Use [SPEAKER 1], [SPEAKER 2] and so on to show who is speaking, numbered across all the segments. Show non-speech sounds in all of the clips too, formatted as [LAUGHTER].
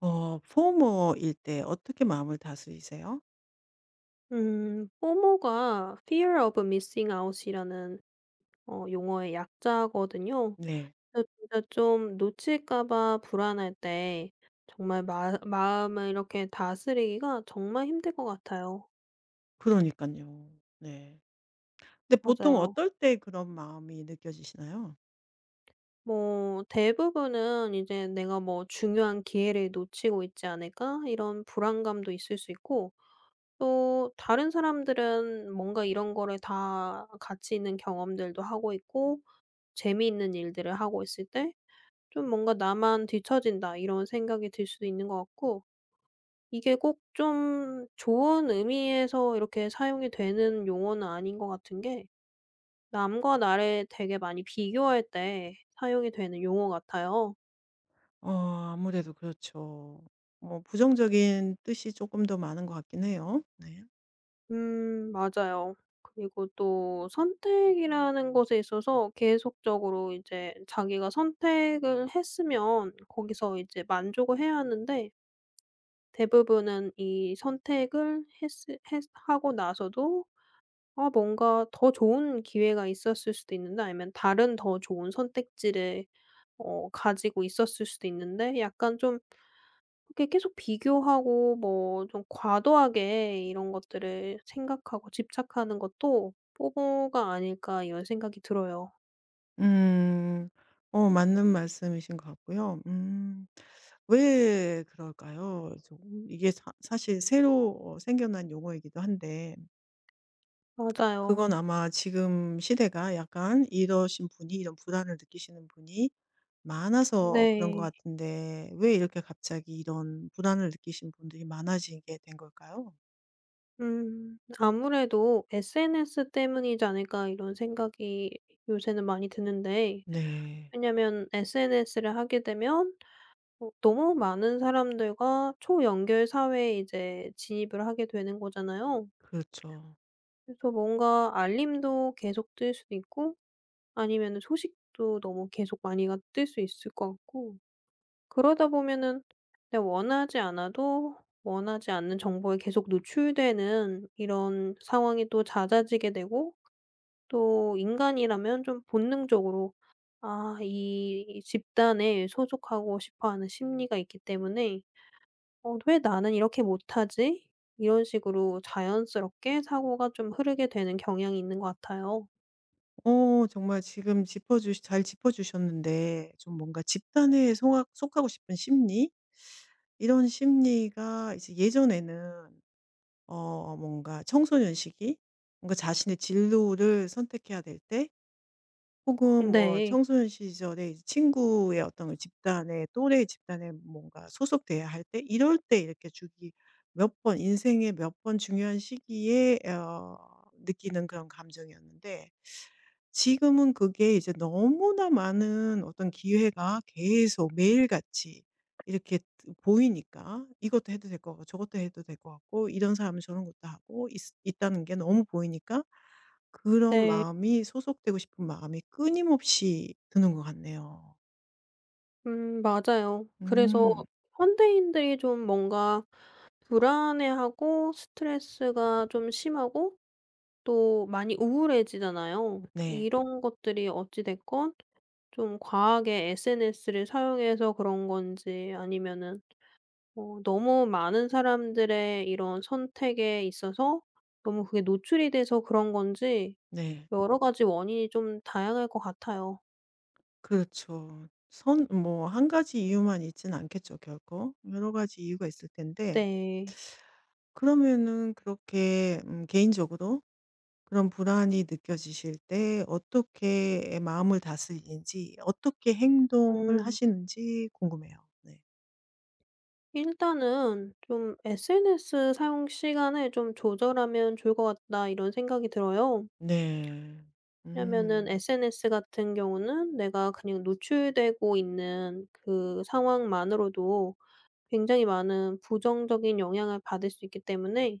[SPEAKER 1] 포머일 때 어떻게 마음을 다스리세요?
[SPEAKER 2] 포모가 fear of missing out이라는 용어의 약자거든요.
[SPEAKER 1] 네.
[SPEAKER 2] 그래서 진짜 좀 놓칠까 봐 불안할 때 정말 마 마음을 이렇게 다스리기가 정말 힘들 것 같아요.
[SPEAKER 1] 그러니까요. 네. 근데 보통
[SPEAKER 2] 맞아요.
[SPEAKER 1] 어떨 때 그런 마음이 느껴지시나요?
[SPEAKER 2] 뭐 대부분은 이제 '내가 뭐 중요한 기회를 놓치고 있지 않을까?' 이런 불안감도 있을 수 있고, 또 다른 사람들은 뭔가 이런 거를 다 가치 있는 경험들도 하고 있고 재미있는 일들을 하고 있을 때 좀 뭔가 '나만 뒤처진다.' 이런 생각이 들 수도 있는 것 같고, 이게 꼭 좀 좋은 의미에서 이렇게 사용이 되는 용어는 아닌 것 같은 게 남과 나를 되게 많이 비교할 때 사용이 되는 용어 같아요.
[SPEAKER 1] 어 아무래도 그렇죠. 뭐 부정적인 뜻이 조금 더 많은 것 같긴 해요. 네.
[SPEAKER 2] 맞아요. 그리고 또 선택이라는 것에 있어서 계속적으로 이제 자기가 선택을 했으면 거기서 이제 만족을 해야 하는데, 대부분은 이 선택을 했으 했 하고 나서도 아 뭔가 더 좋은 기회가 있었을 수도 있는데, 아니면 다른 더 좋은 선택지를 가지고 있었을 수도 있는데 약간 좀 이렇게 계속 비교하고 뭐 좀 과도하게 이런 것들을 생각하고 집착하는 것도 '뽀뽀가 아닐까.' 이런 생각이 들어요.
[SPEAKER 1] 음. 맞는 말씀이신 것 같고요. 음. 왜 그럴까요? 좀 이게 사 사실 새로 생겨난 용어이기도 한데,
[SPEAKER 2] 맞아요.
[SPEAKER 1] 그건 아마 지금 시대가 약간 이러신 분이, 이런 불안을 느끼시는 분이 많아서 그런 것
[SPEAKER 2] 네.
[SPEAKER 1] 같은데, 왜 이렇게 갑자기 이런 불안을 느끼신 분들이 많아지게 된 걸까요?
[SPEAKER 2] 음. 아무래도 'SNS 때문이지 않을까.' 이런 생각이 요새는 많이 드는데,
[SPEAKER 1] 네.
[SPEAKER 2] 왜냐면 SNS를 하게 되면 너무 많은 사람들과 초연결 사회에 이제 진입을 하게 되는 거잖아요.
[SPEAKER 1] 그렇죠.
[SPEAKER 2] 그래서 뭔가 알림도 계속 뜰 수도 있고 아니면 소식도 너무 계속 많이가 뜰 수 있을 것 같고, 그러다 보면은 내가 원하지 않아도 원하지 않는 정보에 계속 노출되는 이런 상황이 또 잦아지게 되고, 또 인간이라면 좀 본능적으로 '아 이 집단에 소속하고 싶어 하는 심리가 있기 때문에 '어 왜 나는 이렇게 못하지?' 이런 식으로 자연스럽게 사고가 좀 흐르게 되는 경향이 있는 것 같아요.
[SPEAKER 1] 정말 지금 짚어주 잘 짚어주셨는데, 좀 뭔가 집단에 속하고 싶은 심리, 이런 심리가 이제 예전에는 뭔가 청소년 시기, 뭔가 자신의 진로를 선택해야 될때, 혹은 뭐
[SPEAKER 2] 네.
[SPEAKER 1] 청소년 시절에 이제 친구의 어떤 그 집단에, 또래 집단에 뭔가 소속돼야 할 때, 이럴 때 이렇게 주기 몇 번, 인생의 몇 번 중요한 시기에 느끼는 그런 감정이었는데, 지금은 그게 이제 너무나 많은 어떤 기회가 계속 매일같이 이렇게 보이니까, 이것도 해도 될 것 같고 저것도 해도 될 것 같고, 이런 사람은 저런 것도 하고 있 있다는 게 너무 보이니까, 그런
[SPEAKER 2] 네.
[SPEAKER 1] 마음이, 소속되고 싶은 마음이 끊임없이 드는 것 같네요.
[SPEAKER 2] 맞아요. 그래서
[SPEAKER 1] 음.
[SPEAKER 2] 현대인들이 좀 뭔가 불안해하고 스트레스가 좀 심하고 또 많이 우울해지잖아요.
[SPEAKER 1] 네.
[SPEAKER 2] 이런 것들이 어찌 됐건 좀 과하게 SNS를 사용해서 그런 건지, 아니면은 너무 많은 사람들의 이런 선택에 있어서 너무 그게 노출이 돼서 그런 건지
[SPEAKER 1] 네.
[SPEAKER 2] 여러 가지 원인이 좀 다양할 것 같아요.
[SPEAKER 1] 그렇죠. 선 뭐 한 가지 이유만 있진 않겠죠, 결코. 여러 가지 이유가 있을 텐데,
[SPEAKER 2] 네.
[SPEAKER 1] 그러면은 그렇게 개인적으로 그런 불안이 느껴지실 때 어떻게 마음을 다스리는지, 어떻게 행동을
[SPEAKER 2] 음.
[SPEAKER 1] 하시는지 궁금해요. 네.
[SPEAKER 2] 일단은 좀 'SNS 사용 시간을 좀 조절하면 좋을 것 같다.' 이런 생각이 들어요.
[SPEAKER 1] 네.
[SPEAKER 2] 왜냐면은
[SPEAKER 1] 음.
[SPEAKER 2] SNS 같은 경우는 내가 그냥 노출되고 있는 그 상황만으로도 굉장히 많은 부정적인 영향을 받을 수 있기 때문에,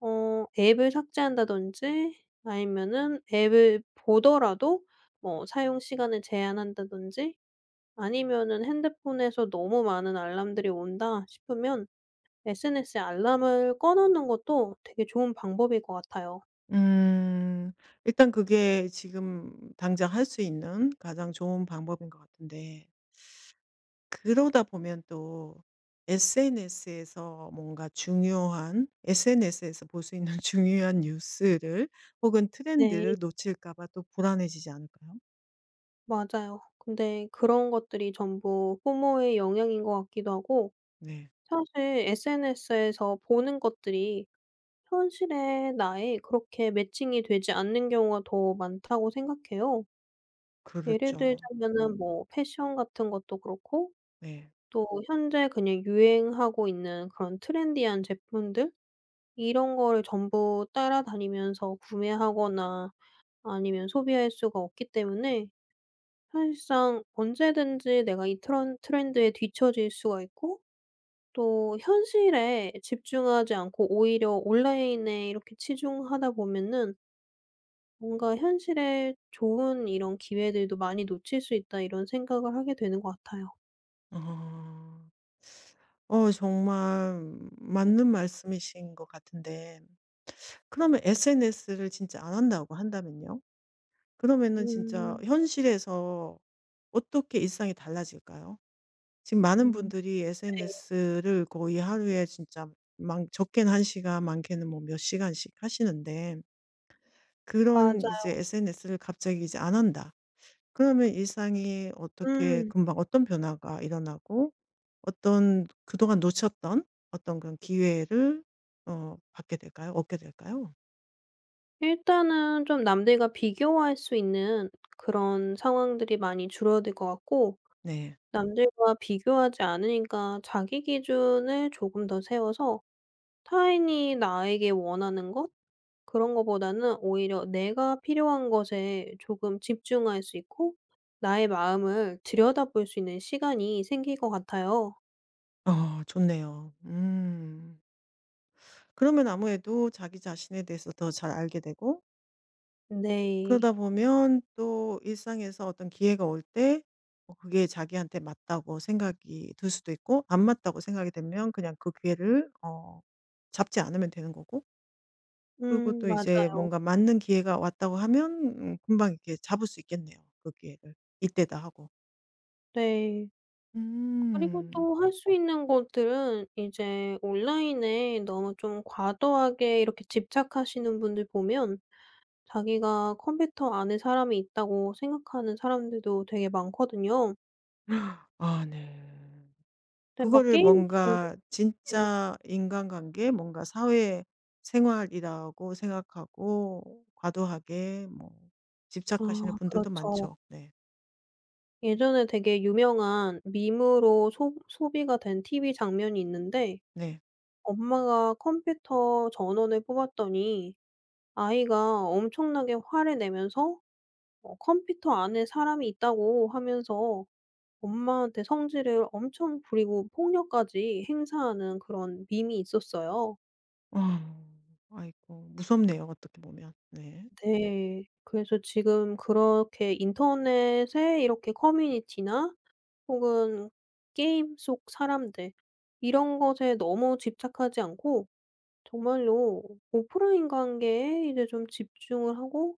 [SPEAKER 2] 앱을 삭제한다든지 아니면은 앱을 보더라도 뭐 사용 시간을 제한한다든지, 아니면은 '핸드폰에서 너무 많은 알람들이 온다.' 싶으면 SNS에 알람을 꺼 놓는 것도 되게 좋은 방법일 것 같아요.
[SPEAKER 1] 음. 일단 그게 지금 당장 할 수 있는 가장 좋은 방법인 것 같은데, 그러다 보면 또 SNS에서 뭔가 중요한, SNS에서 볼 수 있는 [LAUGHS] 중요한 뉴스를 혹은
[SPEAKER 2] 네.
[SPEAKER 1] 트렌드를 놓칠까 봐 또 불안해지지 않을까요?
[SPEAKER 2] 맞아요. 근데 그런 것들이 전부 포모의 영향인 것 같기도 하고,
[SPEAKER 1] 네.
[SPEAKER 2] 사실 SNS에서 보는 것들이 현실의 나에 그렇게 매칭이 되지 않는 경우가 더 많다고 생각해요. 예를
[SPEAKER 1] 그렇죠.
[SPEAKER 2] 들자면은 뭐 패션 같은 것도 그렇고,
[SPEAKER 1] 네.
[SPEAKER 2] 또 현재 그냥 유행하고 있는 그런 트렌디한 제품들, 이런 거를 전부 따라다니면서 구매하거나 아니면 소비할 수가 없기 때문에 사실상 언제든지 내가 이 트런 트렌드에 뒤처질 수가 있고, 또 현실에 집중하지 않고 오히려 온라인에 이렇게 치중하다 보면은 뭔가 '현실에 좋은 이런 기회들도 많이 놓칠 수 있다.' 이런 생각을 하게 되는 것 같아요.
[SPEAKER 1] 어. 정말 맞는 말씀이신 것 같은데, 그러면 SNS를 진짜 안 한다고 한다면요? 그러면은 진짜
[SPEAKER 2] 음.
[SPEAKER 1] 현실에서 어떻게 일상이 달라질까요? 지금 많은
[SPEAKER 2] 음.
[SPEAKER 1] 분들이
[SPEAKER 2] 네.
[SPEAKER 1] SNS를 거의 하루에 진짜 많 적게는 1 시간, 많게는 뭐 몇 시간씩 하시는데, 그런
[SPEAKER 2] 맞아요.
[SPEAKER 1] 이제 SNS를 갑자기 이제 안 한다. 그러면 일상이 어떻게
[SPEAKER 2] 음.
[SPEAKER 1] 금방 어떤 변화가 일어나고, 어떤 그동안 놓쳤던 어떤 그런 기회를 받게 될까요? 얻게 될까요?
[SPEAKER 2] 일단은 좀 남들과 비교할 수 있는 그런 상황들이 많이 줄어들 것 같고,
[SPEAKER 1] 네.
[SPEAKER 2] 남들과 비교하지 않으니까 자기 기준을 조금 더 세워서 타인이 나에게 원하는 것, 그런 거보다는 오히려 내가 필요한 것에 조금 집중할 수 있고 나의 마음을 들여다볼 수 있는 시간이 생길 것 같아요.
[SPEAKER 1] 좋네요. 음. 그러면 아무래도 자기 자신에 대해서 더 잘 알게 되고, 그러다
[SPEAKER 2] 네.
[SPEAKER 1] 보면 또 일상에서 어떤 기회가 올 때, 그게 자기한테 맞다고 생각이 들 수도 있고, 안 맞다고 생각이 되면 그냥 그 기회를 잡지 않으면 되는 거고, 그리고 또 이제
[SPEAKER 2] 맞아요.
[SPEAKER 1] 뭔가 맞는 기회가 왔다고 하면 금방 이렇게 잡을 수 있겠네요, 그 기회를. '이때다.' 하고.
[SPEAKER 2] 네. 그리고
[SPEAKER 1] 음.
[SPEAKER 2] 또 할 수 있는 것들은, 이제 온라인에 너무 좀 과도하게 이렇게 집착하시는 분들 보면 자기가 컴퓨터 안에 사람이 있다고 생각하는 사람들도 되게 많거든요.
[SPEAKER 1] 아, 네.
[SPEAKER 2] 근데 막
[SPEAKER 1] 그거를
[SPEAKER 2] 게임
[SPEAKER 1] 뭔가
[SPEAKER 2] 중독네
[SPEAKER 1] 진짜 인간관계, 뭔가 사회 생활이라고 생각하고 과도하게 뭐
[SPEAKER 2] 아
[SPEAKER 1] 집착하시는 분들도
[SPEAKER 2] 그렇죠.
[SPEAKER 1] 많죠. 네.
[SPEAKER 2] 예전에 되게 유명한 밈으로 소 소비가 된 TV 장면이 있는데,
[SPEAKER 1] 네.
[SPEAKER 2] 엄마가 컴퓨터 전원을 뽑았더니 아이가 엄청나게 화를 내면서 컴퓨터 안에 사람이 있다고 하면서 엄마한테 성질을 엄청 부리고 폭력까지 행사하는 그런 밈이 있었어요.
[SPEAKER 1] 아. 아이고 무섭네요, 어떻게 보면. 네.
[SPEAKER 2] 네. 그래서 지금 그렇게 인터넷에 이렇게 커뮤니티나, 혹은 게임 속 사람들, 이런 것에 너무 집착하지 않고 정말로 오프라인 관계에 이제 좀 집중을 하고,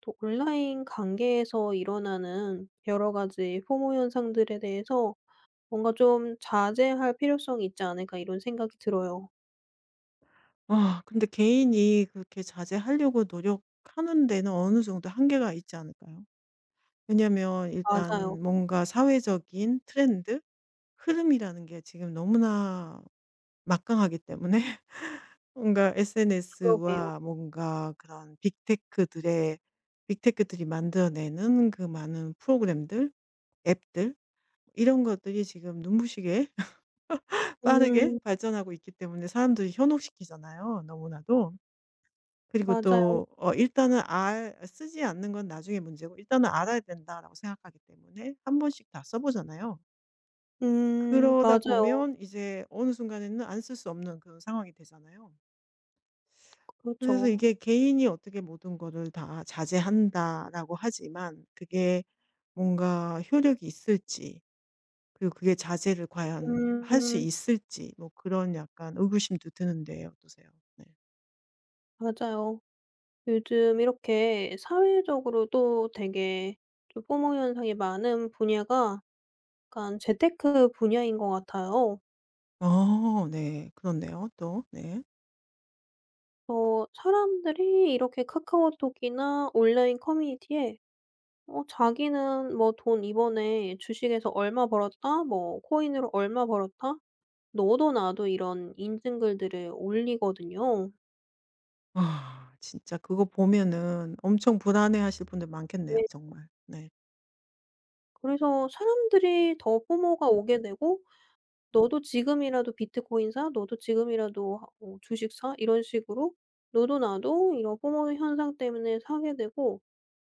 [SPEAKER 2] 또 온라인 관계에서 일어나는 여러 가지 포모 현상들에 대해서 뭔가 좀 '자제할 필요성이 있지 않을까.' 이런 생각이 들어요.
[SPEAKER 1] 아, 근데 개인이 그렇게 자제하려고 노력하는 데는 어느 정도 한계가 있지 않을까요? 왜냐면
[SPEAKER 2] 맞아요.
[SPEAKER 1] 일단 뭔가 사회적인 트렌드, 흐름이라는 게 지금 너무나 막강하기 때문에 [LAUGHS] 뭔가
[SPEAKER 2] 그러게요.
[SPEAKER 1] SNS와 뭔가 그런 빅테크들의 빅테크들이 만들어내는 그 많은 프로그램들, 앱들, 이런 것들이 지금 눈부시게 [LAUGHS] 빠르게
[SPEAKER 2] 음
[SPEAKER 1] 발전하고 있기 때문에 사람들이 현혹시키잖아요, 너무나도. 그리고
[SPEAKER 2] 맞아요.
[SPEAKER 1] 또 일단은 알 쓰지 않는 건 나중에 문제고, 일단은 알아야 된다라고 생각하기 때문에 한 번씩 다 써 보잖아요. 그러다
[SPEAKER 2] 맞아요.
[SPEAKER 1] 보면 이제 어느 순간에는 안 쓸 수 없는 그런 상황이 되잖아요. 그래서
[SPEAKER 2] 그렇죠.
[SPEAKER 1] 이게 개인이 어떻게 모든 거를 다 자제한다라고 하지만, 그게 뭔가 효력이 있을지, 그리고 그게 자제를 과연 할 수
[SPEAKER 2] 음
[SPEAKER 1] 있을지, 뭐 그런 약간 의구심도 드는데 어떠세요? 네.
[SPEAKER 2] 맞아요. 요즘 이렇게 사회적으로도 되게 좀 포모 현상이 많은 분야가 약간 재테크 분야인 것 같아요.
[SPEAKER 1] 어, 네. 그렇네요, 또. 네.
[SPEAKER 2] 사람들이 이렇게 카카오톡이나 온라인 커뮤니티에 자기는 뭐 "돈 이번에 주식에서 얼마 벌었다." 뭐 "코인으로 얼마 벌었다." 너도 나도 이런 인증글들을 올리거든요.
[SPEAKER 1] 아, 진짜 그거 보면은 엄청 불안해하실 분들 많겠네요,
[SPEAKER 2] 네.
[SPEAKER 1] 정말. 네.
[SPEAKER 2] 그래서 사람들이 더 포모가 오게 되고 "너도 지금이라도 비트코인 사. 너도 지금이라도 하 어 주식 사." 이런 식으로 너도 나도 이런 포모 현상 때문에 사게 되고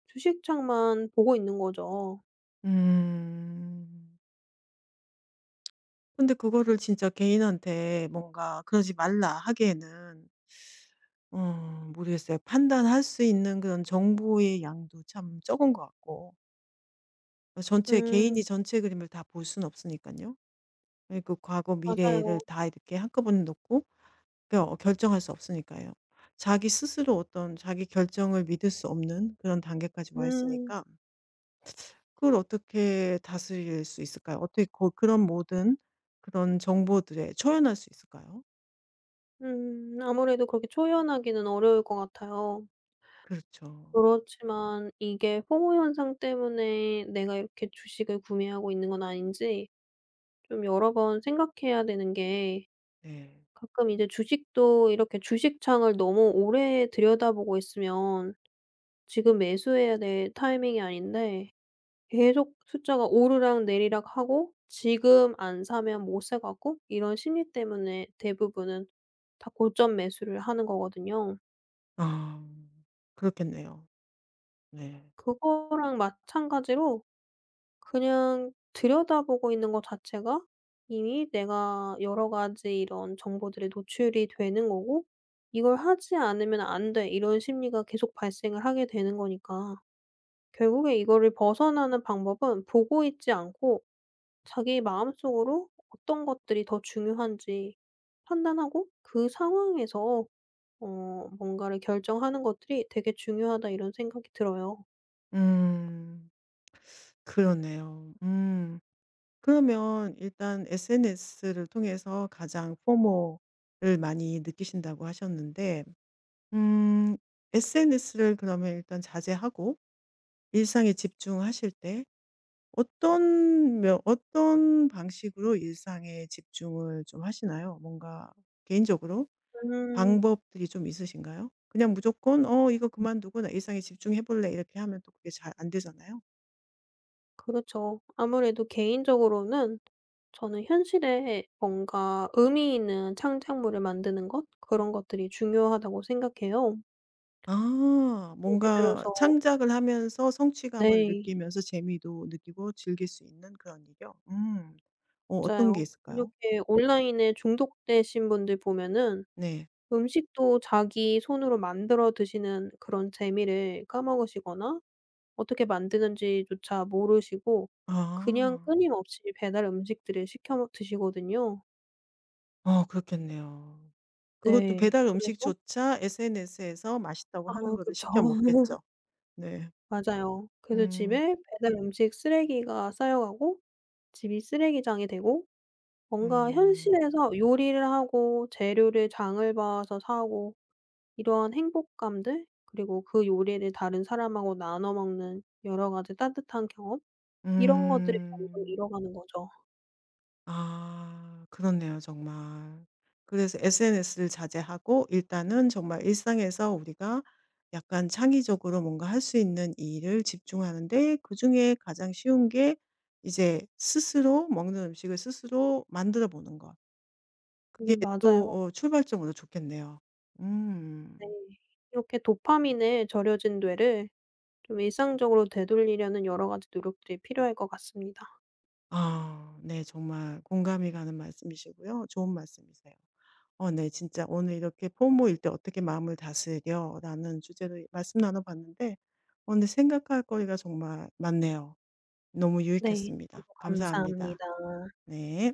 [SPEAKER 2] 주식창만 보고 있는 거죠.
[SPEAKER 1] 음. 근데 그거를 진짜 개인한테 뭔가 "그러지 말라." 하기에는, 모르겠어요. 판단할 수 있는 그런 정보의 양도 참 적은 것 같고, 전체, 개인이
[SPEAKER 2] 음
[SPEAKER 1] 전체 그림을 다 볼 수는 없으니까요. 그 과거,
[SPEAKER 2] 맞아요.
[SPEAKER 1] 미래를 다 이렇게 한꺼번에 놓고 어, 결정할 수 없으니까요. 자기 스스로 어떤 자기 결정을 믿을 수 없는 그런 단계까지 와
[SPEAKER 2] 음.
[SPEAKER 1] 있으니까, 그걸 어떻게 다스릴 수 있을까요? 어떻게 그런 모든, 그런 정보들에 초연할 수 있을까요?
[SPEAKER 2] 음. 아무래도 그렇게 초연하기는 어려울 것 같아요.
[SPEAKER 1] 그렇죠.
[SPEAKER 2] 그렇지만 이게 포모 현상 때문에 내가 이렇게 주식을 구매하고 있는 건 아닌지 좀 여러 번 생각해야 되는 게,
[SPEAKER 1] 네.
[SPEAKER 2] 가끔 이제 주식도 이렇게 주식창을 너무 오래 들여다보고 있으면 지금 매수해야 될 타이밍이 아닌데 계속 숫자가 오르락 내리락 하고 지금 안 사면 못 사 갖고 이런 심리 때문에 대부분은 다 고점 매수를 하는 거거든요.
[SPEAKER 1] 아, 그렇겠네요. 네.
[SPEAKER 2] 그거랑 마찬가지로 그냥 들여다보고 있는 것 자체가 이미 내가 여러 가지 이런 정보들에 노출이 되는 거고, '이걸 하지 않으면 안 돼.' 이런 심리가 계속 발생을 하게 되는 거니까, 결국에 이거를 벗어나는 방법은 보고 있지 않고 자기 마음속으로 어떤 것들이 더 중요한지 판단하고, 그 상황에서 뭔가를 결정하는 것들이 되게 중요하다, 이런 생각이 들어요.
[SPEAKER 1] 음. 그러네요. 음. 그러면 일단 SNS를 통해서 가장 포모를 많이 느끼신다고 하셨는데, 음 SNS를 그러면 일단 자제하고 일상에 집중하실 때, 어떤 방식으로 일상에 집중을 좀 하시나요? 뭔가 개인적으로
[SPEAKER 2] 음.
[SPEAKER 1] 방법들이 좀 있으신가요? 그냥 무조건 '어 이거 그만두고 나 일상에 집중해 볼래.' 이렇게 하면 또 그게 잘 안 되잖아요.
[SPEAKER 2] 그렇죠. 아무래도 개인적으로는 저는 현실에 뭔가 의미 있는 창작물을 만드는 것, 그런 것들이 중요하다고 생각해요.
[SPEAKER 1] 아,
[SPEAKER 2] 예를
[SPEAKER 1] 뭔가
[SPEAKER 2] 들어서
[SPEAKER 1] 창작을 하면서 성취감을
[SPEAKER 2] 네.
[SPEAKER 1] 느끼면서 재미도 느끼고 즐길 수 있는 그런 일이요? 음. 어떤 게
[SPEAKER 2] 맞아요.
[SPEAKER 1] 있을까요?
[SPEAKER 2] 이렇게 온라인에 중독되신 분들 보면은
[SPEAKER 1] 네.
[SPEAKER 2] 음식도 자기 손으로 만들어 드시는 그런 재미를 까먹으시거나 어떻게 만드는지조차 모르시고 그냥
[SPEAKER 1] 아.
[SPEAKER 2] 끊임없이 배달 음식들을 시켜 먹 드시거든요.
[SPEAKER 1] 그렇겠네요. 그것도
[SPEAKER 2] 네.
[SPEAKER 1] 배달
[SPEAKER 2] 그래서
[SPEAKER 1] 음식조차 SNS에서 맛있다고
[SPEAKER 2] 아
[SPEAKER 1] 하는 거를
[SPEAKER 2] 그쵸.
[SPEAKER 1] 시켜 먹겠죠. 네.
[SPEAKER 2] 맞아요. 그래서
[SPEAKER 1] 음.
[SPEAKER 2] 집에 배달 음식 쓰레기가 쌓여가고 집이 쓰레기장이 되고 뭔가
[SPEAKER 1] 음.
[SPEAKER 2] 현실에서 요리를 하고 재료를 장을 봐서 사고, 이러한 행복감들 그리고 그 요리를 다른 사람하고 나눠 먹는 여러 가지 따뜻한 경험, 이런 것들이 점점
[SPEAKER 1] 음.
[SPEAKER 2] 잃어가는 거죠.
[SPEAKER 1] 아, 그렇네요, 정말. 그래서 SNS를 자제하고 일단은 정말 일상에서 우리가 약간 창의적으로 뭔가 할 수 있는 일을 집중하는데, 그중에 가장 쉬운 게 이제 스스로 먹는 음식을 스스로 만들어 보는 것.
[SPEAKER 2] 네
[SPEAKER 1] 그게
[SPEAKER 2] 맞아요.
[SPEAKER 1] 또 출발점으로 좋겠네요. 음.
[SPEAKER 2] 네. 이렇게 도파민의 절여진 뇌를 좀 일상적으로 되돌리려는 여러 가지 노력들이 필요할 것 같습니다.
[SPEAKER 1] 아, 네, 정말 공감이 가는 말씀이시고요. 좋은 말씀이세요. 어, 네. 진짜 오늘 이렇게 "부모일 때 어떻게 마음을 다스려?"라는 주제로 말씀 나눠 봤는데, 오늘 생각할 거리가 정말 많네요. 너무
[SPEAKER 2] 네. 저도
[SPEAKER 1] 유익했습니다. 감사합니다.
[SPEAKER 2] 감사합니다.
[SPEAKER 1] 네.